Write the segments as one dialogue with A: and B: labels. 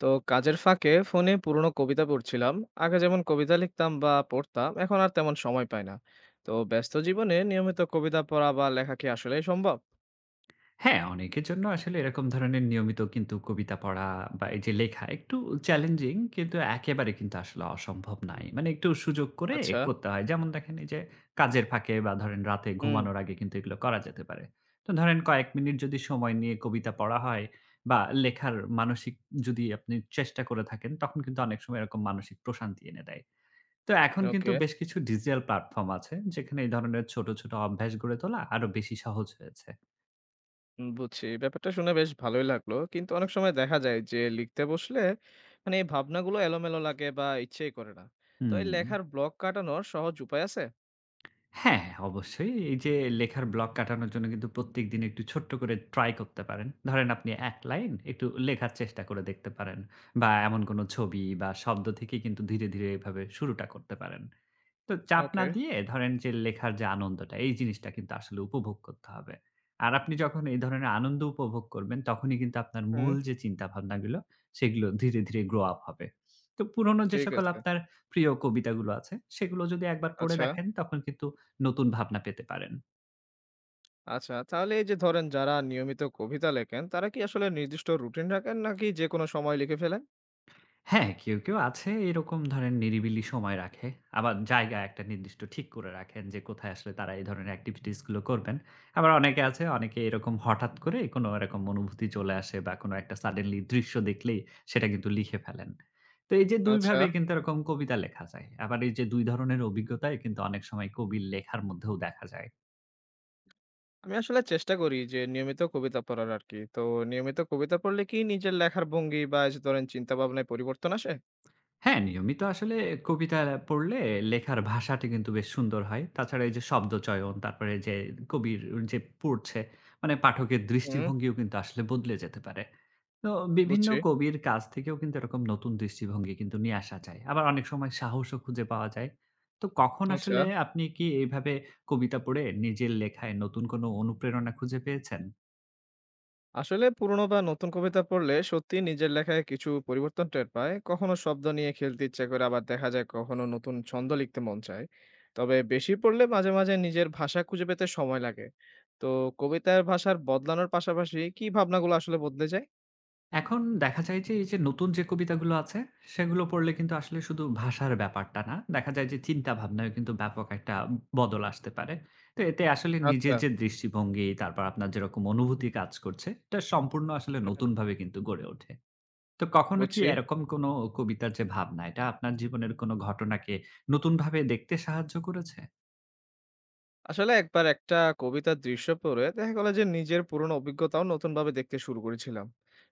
A: তো কাজের ফাঁকে ফোনে পুরনো কবিতা পড়ছিলাম। আগে যেমন কবিতা লিখতাম বা পড়তাম এখন আর তেমন সময় পাই না। তো ব্যস্ত জীবনে নিয়মিত কবিতা পড়া বা লেখা কি আসলেই সম্ভব?
B: হ্যাঁ, অনেকের জন্য আসলে এরকম ধরনের নিয়মিত কিন্তু কবিতা পড়া বা এই যে লেখা একটু চ্যালেঞ্জিং কিন্তু একেবারে কিন্তু আসলে অসম্ভব নাই। মানে একটু সুযোগ করে
A: আচ্ছা।
B: করতে হয়। যেমন দেখেন এই যে কাজের ফাঁকে বা ধরেন রাতে
A: হুম।
B: ঘুমানোর আগে কিন্তু এগুলো করা যেতে পারে। তো ধরেন কয়েক মিনিট যদি সময় নিয়ে কবিতা পড়া হয় বা লেখার মানসিক যদি আপনি চেষ্টা করে থাকেন তখন কিন্তু অনেক সময় এরকম মানসিক প্রশান্তি এনে দেয়। তো এখন কিন্তু
A: ওকে।
B: বেশ কিছু ডিজিটাল প্ল্যাটফর্ম আছে যেখানে এই ধরনের ছোট, ছোট অভ্যাস গড়ে তোলা আরো বেশি সহজ হয়েছে।
A: বুঝছি, ব্যাপারটা শুনে বেশ ভালোই লাগলো, কিন্তু অনেক সময় দেখা যায় যে লিখতে বসলে মানে এই ভাবনাগুলো এলোমেলো লাগে বা ইচ্ছেই করে না। তো এই
B: হুম।
A: লেখার ব্লক কাটানোর সহজ উপায় আছে?
B: হ্যাঁ, হ্যাঁ, অবশ্যই। এই যে লেখার ব্লক কাটানোর জন্য কিন্তু প্রত্যেকদিন একটু ছোট্ট করে ট্রাই করতে পারেন। ধরেন আপনি ১ লাইন একটু লেখার চেষ্টা করে দেখতে পারেন বা এমন কোনো ছবি বা শব্দ থেকে কিন্তু ধীরে, ধীরে এভাবে শুরুটা করতে পারেন। তো চাপ না
A: ওকে।
B: দিয়ে ধরেন যে লেখার যে আনন্দটা এই জিনিসটা কিন্তু আসলে উপভোগ করতে হবে। আর আপনি যখন এই ধরনের আনন্দ উপভোগ করবেন তখনই কিন্তু আপনার
A: হুম।
B: মূল যে চিন্তাভাবনাগুলো সেগুলো ধীরে, ধীরে grow up হবে। তো পুরনো যে
A: ঠিক
B: সকল
A: আছে।
B: আপনার প্রিয় কবিতাগুলো আছে সেগুলো যদি একবার পড়ে
A: আচ্ছা।
B: দেখেন তখন কিন্তু নতুন ভাবনা পেতে পারেন।
A: আচ্ছা, তাহলে এই যে ধরেন যারা নিয়মিত কবিতা লেখেন, তারা কি আসলে নির্দিষ্ট রুটিন রাখেন নাকি যেকোনো সময় লিখে ফেলেন?
B: হ্যাঁ, কেউ আছে এরকম ধরেন নিরিবিলি সময় রাখে। আবার জায়গা একটা নির্দিষ্ট ঠিক করে রাখেন যে কোথায় আসলে তারা এই ধরনের activities গুলো করবেন। আবার অনেকে আছে এরকম হঠাৎ করে কোনো এরকম অনুভূতি চলে আসে বা কোনো একটা suddenly দৃশ্য দেখলেই সেটা কিন্তু লিখে ফেলেন। তো এই যে ২
A: আচ্ছা।
B: ভাবে কিন্তু এরকম কবিতা লেখা যায়। আবার এই যে ২ ধরনের অভিজ্ঞতাই কিন্তু অনেক সময় কবির লেখার মধ্যেও দেখা যায়।
A: আমি আসলে চেষ্টা করি যে নিয়মিত কবিতা পড়ার আরকি। তো নিয়মিত কবিতা পড়লে কি নিজের লেখার ভঙ্গি বা এই যে ধরেন চিন্তা ভাবনায় পরিবর্তন আসে?
B: হ্যাঁ, নিয়মিত আসলে কবিতা পড়লে লেখার ভাষাটি কিন্তু বেশ সুন্দর হয়। তাছাড়া এই যে শব্দচয়ন, তারপরে যে কবির যে পড়ছে, মানে পাঠকের
A: হুম,
B: দৃষ্টিভঙ্গিও কিন্তু আসলে বদলে যেতে পারে। তো বিভিন্ন
A: বুঝছি।
B: কবির কাছ থেকেও কিন্তু এরকম নতুন দৃষ্টিভঙ্গি কিন্তু নিয়ে আসা যায়। আবার অনেক সময় সাহসও খুঁজে পাওয়া যায়। তো কখন
A: আচ্ছা।
B: আসলে আপনি কি এইভাবে কবিতা পড়ে নিজের লেখায় নতুন কোনো অনুপ্রেরণা খুঁজে পেয়েছেন?
A: আসলে পুরনো বা নতুন কবিতা পড়লে সত্যি নিজের লেখায় কিছু পরিবর্তন টের পায়, কখনো শব্দ নিয়ে খেলতে ইচ্ছা করে, আবার দেখা যায় কখনো নতুন ছন্দ লিখতে মন চায়। তবে বেশি পড়লে মাঝে মাঝে নিজের ভাষা খুঁজে পেতে সময় লাগে। তো কবিতার ভাষার বদলানোর পাশাপাশি কি ভাবনাগুলো আসলে বদলে যায়?
B: এখন দেখা যায় যে, এই যে নতুন যে কবিতাগুলো আছে, সেগুলো পড়লে কিন্তু আসলে শুধু ভাষার ব্যাপারটা না। দেখা যায় যে চিন্তাভাবনায়ও কিন্তু ব্যাপক একটা বদল আসতে পারে। তো এতে আসলে নিজের
A: আচ্ছা।
B: যে দৃষ্টিভঙ্গি, তারপর আপনার যেরকম অনুভূতি কাজ করছে, এটা সম্পূর্ণ আসলে
A: হুম।
B: নতুনভাবে কিন্তু গড়ে ওঠে। তো কখনো কি
A: বুঝছি।
B: এরকম কোনো কবিতার যে ভাবনা, এটা আপনার জীবনের কোনো ঘটনাকে নতুনভাবে দেখতে সাহায্য করেছে?
A: আসলে একবার একটা কবিতার দৃশ্য পড়ে দেখা গেল যে নিজের পুরনো অভিজ্ঞতাও নতুনভাবে দেখতে শুরু করেছিলাম।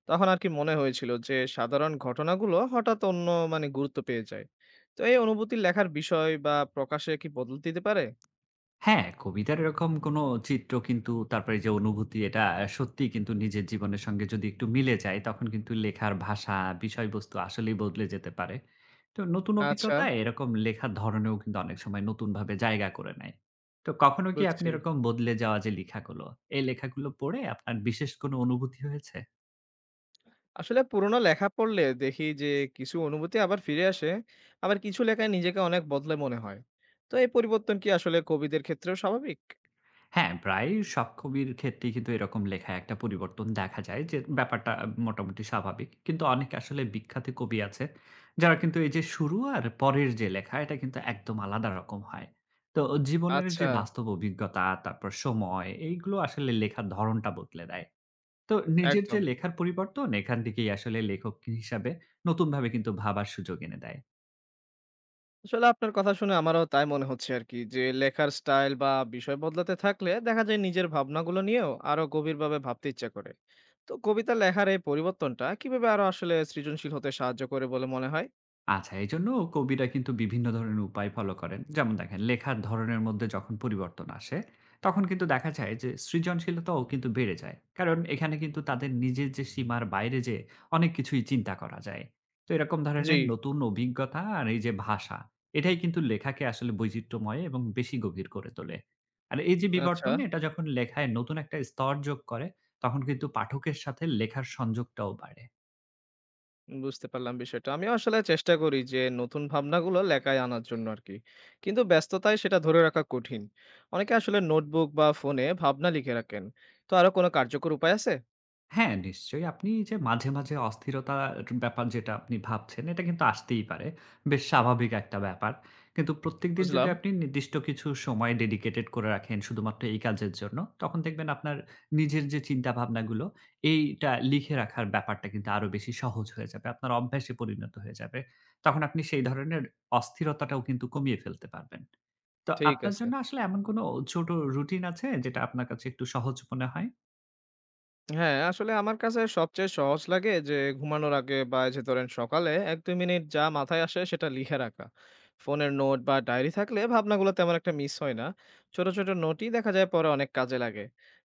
A: তখন আর কি মনে হয়েছিল যে সাধারণ ঘটনাগুলো হঠাৎ অন্য মানে গুরুত্ব পেয়ে যায়। তো এই অনুভূতি লেখার বিষয় বা প্রকাশে কি বদল দিতে পারে?
B: হ্যাঁ, কবিতার এরকম কোনো চিত্র কিন্তু তারপরে যে অনুভূতি এটা সত্যিই কিন্তু নিজের জীবনের সঙ্গে যদি একটু মিলে যায়, তখন কিন্তু লেখার ভাষা, বিষয়বস্তু আসলেই বদলে যেতে পারে। তো নতুন
A: আচ্ছা।
B: অভিজ্ঞতায় এরকম লেখার ধরনেও কিন্তু অনেক সময় নতুনভাবে জায়গা করে নেয়। তো কখনো কি আপনি
A: বুঝছি।
B: এরকম বদলে যাওয়া যে লেখাগুলো, এই লেখাগুলো পড়ে আপনার বিশেষ কোনো অনুভূতি হয়েছে?
A: আসলে পুরনো লেখা পড়লে দেখি যে কিছু অনুভূতি আবার ফিরে আসে, আবার কিছু লেখায় নিজেকে অনেক বদলে মনে হয়। তো এই পরিবর্তন কি আসলে কবিদের ক্ষেত্রেও স্বাভাবিক?
B: হ্যাঁ, প্রায় সব কবির ক্ষেত্রেই কিন্তু এরকম লেখায় একটা পরিবর্তন দেখা যায় যে ব্যাপারটা মোটামুটি স্বাভাবিক। কিন্তু অনেক আসলে বিখ্যাত কবি আছে যারা কিন্তু এই যে শুরু আর পরের যে লেখা এটা কিন্তু একদম আলাদা রকম হয়। তো জীবনের যে
A: আচ্ছা।
B: বাস্তব অভিজ্ঞতা, তারপর সময় এইগুলো আসলে লেখার ধরনটা বদলে দেয়। তো নিজের যে
A: একদম।
B: লেখার পরিবর্তন এখান থেকেই আসলে লেখক হিসাবে নতুনভাবে কিন্তু ভাবার সুযোগ এনে দেয়।
A: আসলে আপনার কথা শুনে আমারও তাই মনে হচ্ছে আর কি, যে লেখার স্টাইল বা বিষয় বদলাতে থাকলে দেখা যায় নিজের ভাবনাগুলো নিয়েও আরো গভীরভাবে ভাবতে ইচ্ছা করে। তো কবিতা লেখার এই পরিবর্তনটা কিভাবে আরো আসলে সৃজনশীল হতে সাহায্য করে বলে মনে হয়?
B: আচ্ছা, এইজন্য কবিরা কিন্তু বিভিন্ন ধরনের উপায় ফলো করেন। যেমন দেখেন লেখার ধরনের মধ্যে যখন পরিবর্তন আসে, তখন কিন্তু দেখা যায় যে সৃজনশীলতাও কিন্তু বেড়ে যায়। কারণ এখানে কিন্তু তাদের নিজের যে সীমার বাইরে যেয়ে অনেক কিছুই চিন্তা করা যায়। তো এরকম
A: জি।
B: ধরনের নতুন অভিজ্ঞতা আর এই যে ভাষা, এটাই কিন্তু লেখাকে আসলে বৈচিত্র্যময় এবং বেশি গভীর করে তোলে। আর এই যে
A: আচ্ছা,
B: বিবর্তন, এটা যখন লেখায় নতুন একটা স্তর যোগ করে, তখন কিন্তু পাঠকের সাথে লেখার সংযোগটাও বাড়ে।
A: বুঝতে পারলাম বিষয়টা। আমি আসলে চেষ্টা করি যে নতুন ভাবনাগুলো লেখায় আনার জন্য আর কি, কিন্তু ব্যস্ততায় সেটা ধরে রাখা কঠিন। অনেকে আসলে নোটবুক বা ফোনে ভাবনা লিখে রাখেন। তো আরো কোনো কার্যকর উপায় আছে?
B: হ্যাঁ, নিশ্চয়ই। আপনি যে মাঝে, মাঝে অস্থিরতার ব্যাপার যেটা আপনি ভাবছেন, এটা কিন্তু আসতেই পারে। বেশ স্বাভাবিক একটা ব্যাপার। কিন্তু প্রত্যেকদিন যদি
A: বুঝলাম।
B: আপনি নির্দিষ্ট কিছু সময় ডেডিকেটেড করে রাখেন শুধুমাত্র এই কাজের জন্য, তখন দেখবেন আপনার নিজের যে চিন্তাভাবনাগুলো, এইটা লিখে রাখার ব্যাপারটা কিন্তু আরো বেশি সহজ হয়ে যাবে। আপনার অভ্যাসে পরিণত হয়ে যাবে। তখন আপনি সেই ধরনের অস্থিরতাটাও কিন্তু কমিয়ে ফেলতে পারবেন। তো
A: ঠিক
B: আপনার
A: আছে।
B: জন্য আসলে এমন কোনো ছোট রুটিন আছে যেটা আপনার কাছে একটু সহজ মনে হয়?
A: হ্যাঁ, আসলে আমার কাছে সবচেয়ে সহজ লাগে যে ঘুমানোর আগে বা এই যে ধরেন সকালে ১-২ মিনিট যা মাথায় আসে সেটা লিখে রাখা। ফোনের নোট বা ডায়েরি থাকলে ভাবনাগুলো তেমন একটা মিস হয় না। ছোট, ছোট নোটই দেখা যায় পরে অনেক কাজে লাগে।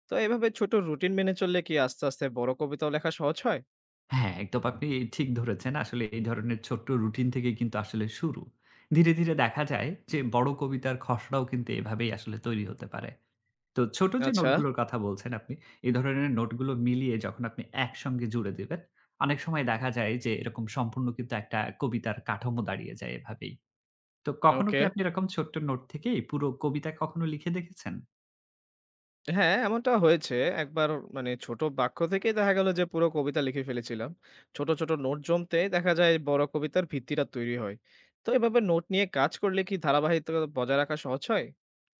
A: তো এভাবে ছোট রুটিন মেনে চললে কি আস্তে, আস্তে বড় কবিতাও লেখা সহজ হয়?
B: হ্যাঁ, একদম আপনি ঠিক ধরেছেন। আসলে এই ধরনের ছোট্ট রুটিন থেকেই কিন্তু আসলে শুরু। ধীরে, ধীরে দেখা যায় যে বড় কবিতার খসড়াও কিন্তু এভাবেই আসলে তৈরি হতে পারে। তো ছোট যে
A: আচ্ছা,
B: নোটগুলোর কথা বলছেন আপনি, এই ধরনের নোটগুলো মিলিয়ে যখন আপনি একসঙ্গে জুড়ে দিবেন, অনেক সময় দেখা যায় যে এরকম সম্পূর্ণ কিন্তু একটা কবিতার কাঠামো দাঁড়িয়ে যায় এভাবেই। তো কখনো
A: ওকে।
B: কি আপনি এরকম ছোট্ট নোট থেকেই পুরো কবিতা কখনো লিখে দেখেছেন?
A: হ্যাঁ, এমনটা হয়েছে। একবার মানে ছোট বাক্য থেকেই দেখা গেল যে পুরো কবিতা লিখে ফেলেছিলাম। ছোট, ছোট নোট জমতে দেখা যায় বড় কবিতার ভিত্তিটা তৈরি হয়। তো এভাবে নোট নিয়ে কাজ করলে কি ধারাবাহিকতা বজায় রাখা সহজ হয়?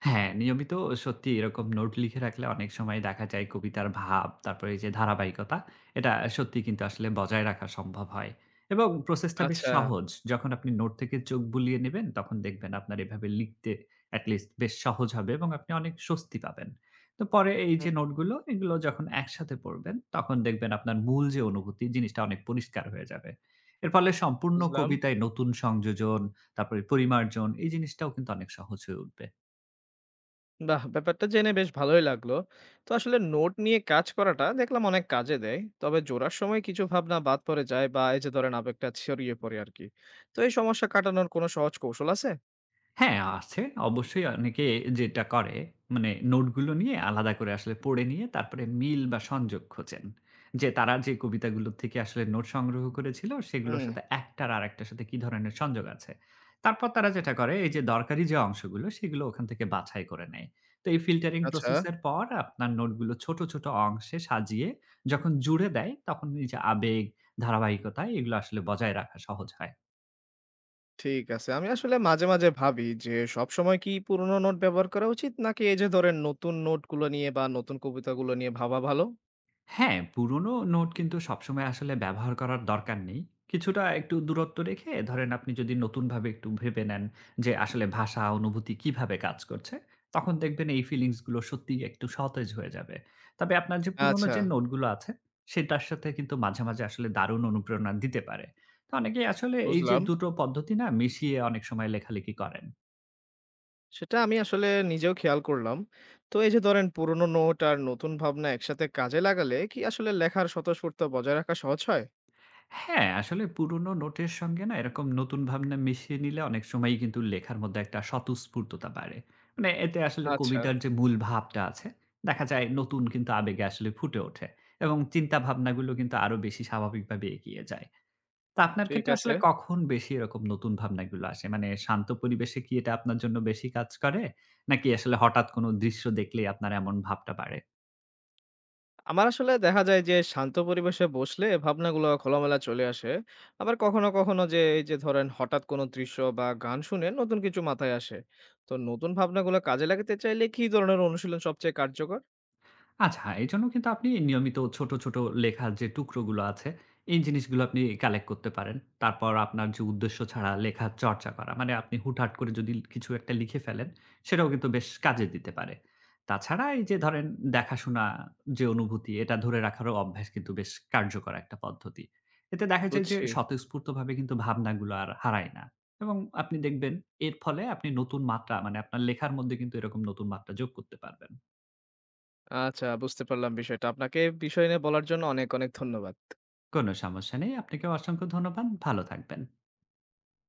B: হ্যাঁ, নিয়মিত সত্যি এরকম নোট লিখে রাখলে অনেক সময় দেখা যায় কবিতার ভাব, তারপরে এই যে ধারাবাহিকতা, এটা সত্যি কিন্তু আসলে বজায় রাখা সম্ভব হয় এবং প্রসেসটা বেশ
A: আচ্ছা,
B: সহজ। যখন আপনি নোট থেকে চোখ বুলিয়ে নেবেন, তখন দেখবেন আপনার এভাবে লিখতে at least বেশ সহজ হবে এবং আপনি অনেক স্বস্তি পাবেন। তো পরে এই যে
A: হুম,
B: নোটগুলো, এগুলো যখন একসাথে পড়বেন, তখন দেখবেন আপনার মূল যে অনুভূতি, জিনিসটা অনেক পরিষ্কার হয়ে যাবে। এর ফলে সম্পূর্ণ
A: বুঝলাম।
B: কবিতায় নতুন সংযোজন, তারপরে পরিমার্জন, এই জিনিসটাও কিন্তু অনেক সহজ হয়ে উঠবে।
A: বাহ! ব্যাপারটা জেনে বেশ ভালোই লাগলো। তো আসলে নোট নিয়ে কাজ করাটা দেখলাম অনেক কাজে দেয়। তবে জোড়ার সময় কিছু ভাবনা বাদ পড়ে যায় বা এই যে ধরেন আবেগটা ছড়িয়ে পড়ে আরকি। তো এই সমস্যা কাটানোর কোনো সহজ কৌশল আছে?
B: হ্যাঁ, আছে। অবশ্যই অনেকে যেটা করে মানে নোটগুলো নিয়ে আলাদা করে আসলে পড়ে নিয়ে তারপরে মিল বা সংযোগ খোঁজেন। যে তারা যে কবিতাগুলো থেকে আসলে নোট সংগ্রহ করেছিল সেগুলোর
A: হুম,
B: সাথে একটার আরেকটার সাথে কি ধরনের সংযোগ আছে। তারপর তারা যেটা করে এই যে দরকারি যে অংশগুলো সেগুলো ওখান থেকে বাছাই করে নেয়। তো এই ফিল্টারিং
A: আচ্ছা।
B: প্রসেস এর পর আপনার নোটগুলো ছোট, ছোট অংশে সাজিয়ে যখন জুড়ে দেয় তখন এই যে আবেগ, ধারাবাহিকতা এগুলো আসলে বজায় রাখা সহজ হয়।
A: ঠিক আছে। আমি আসলে মাঝে, মাঝে ভাবি যে সবসময় কি পুরনো নোট ব্যবহার করা উচিত? নাকি এই যে ধরেন নতুন নোটগুলো নিয়ে বা নতুন কবিতাগুলো নিয়ে ভাবা ভালো?
B: হ্যাঁ, পুরনো নোট কিন্তু সবসময় আসলে ব্যবহার করার দরকার নেই। কিছুটা একটু দূরত্ব রেখে ধরেন আপনি যদি নতুনভাবে একটু ভেবে নেন যে আসলে ভাষা, অনুভূতি কিভাবে কাজ করছে, তখন দেখবেন এই ফিলিংস গুলো সত্যিই একটু সতেজ হয়ে যাবে। তবে আপনার যে পুরনো
A: আচ্ছা,
B: যে নোটগুলো আছে, সেটার সাথে কিন্তু মাঝে, মাঝে আসলে দারুণ অনুপ্রেরণা দিতে পারে। তো অনেকেই আসলে এই যে
A: বুঝলাম।
B: দুটো পদ্ধতি না মিশিয়ে অনেক সময় লেখালেখি করেন।
A: সেটা আমি আসলে নিজেও খেয়াল করলাম। তো এই যে ধরেন পুরনো নোট আর নতুন ভাবনা একসাথে কাজে লাগালে কি আসলে লেখার স্বতঃস্ফূর্ত বজায় রাখা সহজ হয়?
B: হ্যাঁ, আসলে পুরোনো নোটের সঙ্গে না এরকম নতুন ভাবনা মিশিয়ে নিলে অনেক সময়ই কিন্তু লেখার মধ্যে একটা স্বতঃস্ফূর্ততা বাড়ে। মানে এতে আসলে
A: আচ্ছা,
B: কবিতার যে মূল ভাবটা আছে, দেখা যায় নতুন কিন্তু আবেগে আসলে ফুটে ওঠে এবং চিন্তা ভাবনাগুলো কিন্তু আরো বেশি স্বাভাবিকভাবে এগিয়ে যায়। তো আপনার
A: ঠিক
B: ক্ষেত্রে
A: আছে।
B: আসলে কখন বেশি এরকম নতুন ভাবনাগুলো আসে? মানে শান্ত পরিবেশে কি এটা আপনার জন্য বেশি কাজ করে? নাকি আসলে হঠাৎ কোনো দৃশ্য দেখলেই আপনার এমন ভাবটা বাড়ে?
A: আমার আসলে দেখা যায় যে শান্ত পরিবেশে বসলে ভাবনাগুলো খোলামেলা চলে আসে, আবার কখনো কখনো যে এই যে ধরেন হঠাৎ কোনো দৃশ্য বা গান শুনে নতুন কিছু মাথায় আসে। তো নতুন ভাবনাগুলো কাজে লাগাতে চাইলে কি ধরনের অনুশীলন সবচেয়ে কার্যকর?
B: আচ্ছা, এজন্য কিন্তু আপনি নিয়মিত ছোট, ছোট লেখার যে টুকরোগুলো আছে, এই জিনিসগুলো আপনি কালেক্ট করতে পারেন। তারপর আপনার যে উদ্দেশ্য ছাড়া লেখার চর্চা করা, মানে আপনি হুটহাট করে যদি কিছু একটা লিখে ফেলেন, সেটাও কিন্তু বেশ কাজে দিতে পারে। তাছাড়া এই যে ধরেন দেখাশোনা যে অনুভূতি, এটা ধরে রাখারও অভ্যাস কিন্তু বেশ কার্যকর একটা পদ্ধতি। এতে দেখা যায় যে
A: বুঝছি।
B: স্বতঃস্ফূর্তভাবে কিন্তু ভাবনাগুলো আর হারায় না এবং আপনি দেখবেন এর ফলে আপনি নতুন মাত্রা মানে আপনার লেখার মধ্যে কিন্তু এরকম নতুন মাত্রা যোগ করতে পারবেন।
A: আচ্ছা, বুঝতে পারলাম বিষয়টা। আপনাকে এই বিষয় নিয়ে বলার জন্য অনেক অনেক ধন্যবাদ।
B: কোনো সমস্যা নেই। আপনাকেও অসংখ্য ধন্যবাদ। ভালো থাকবেন।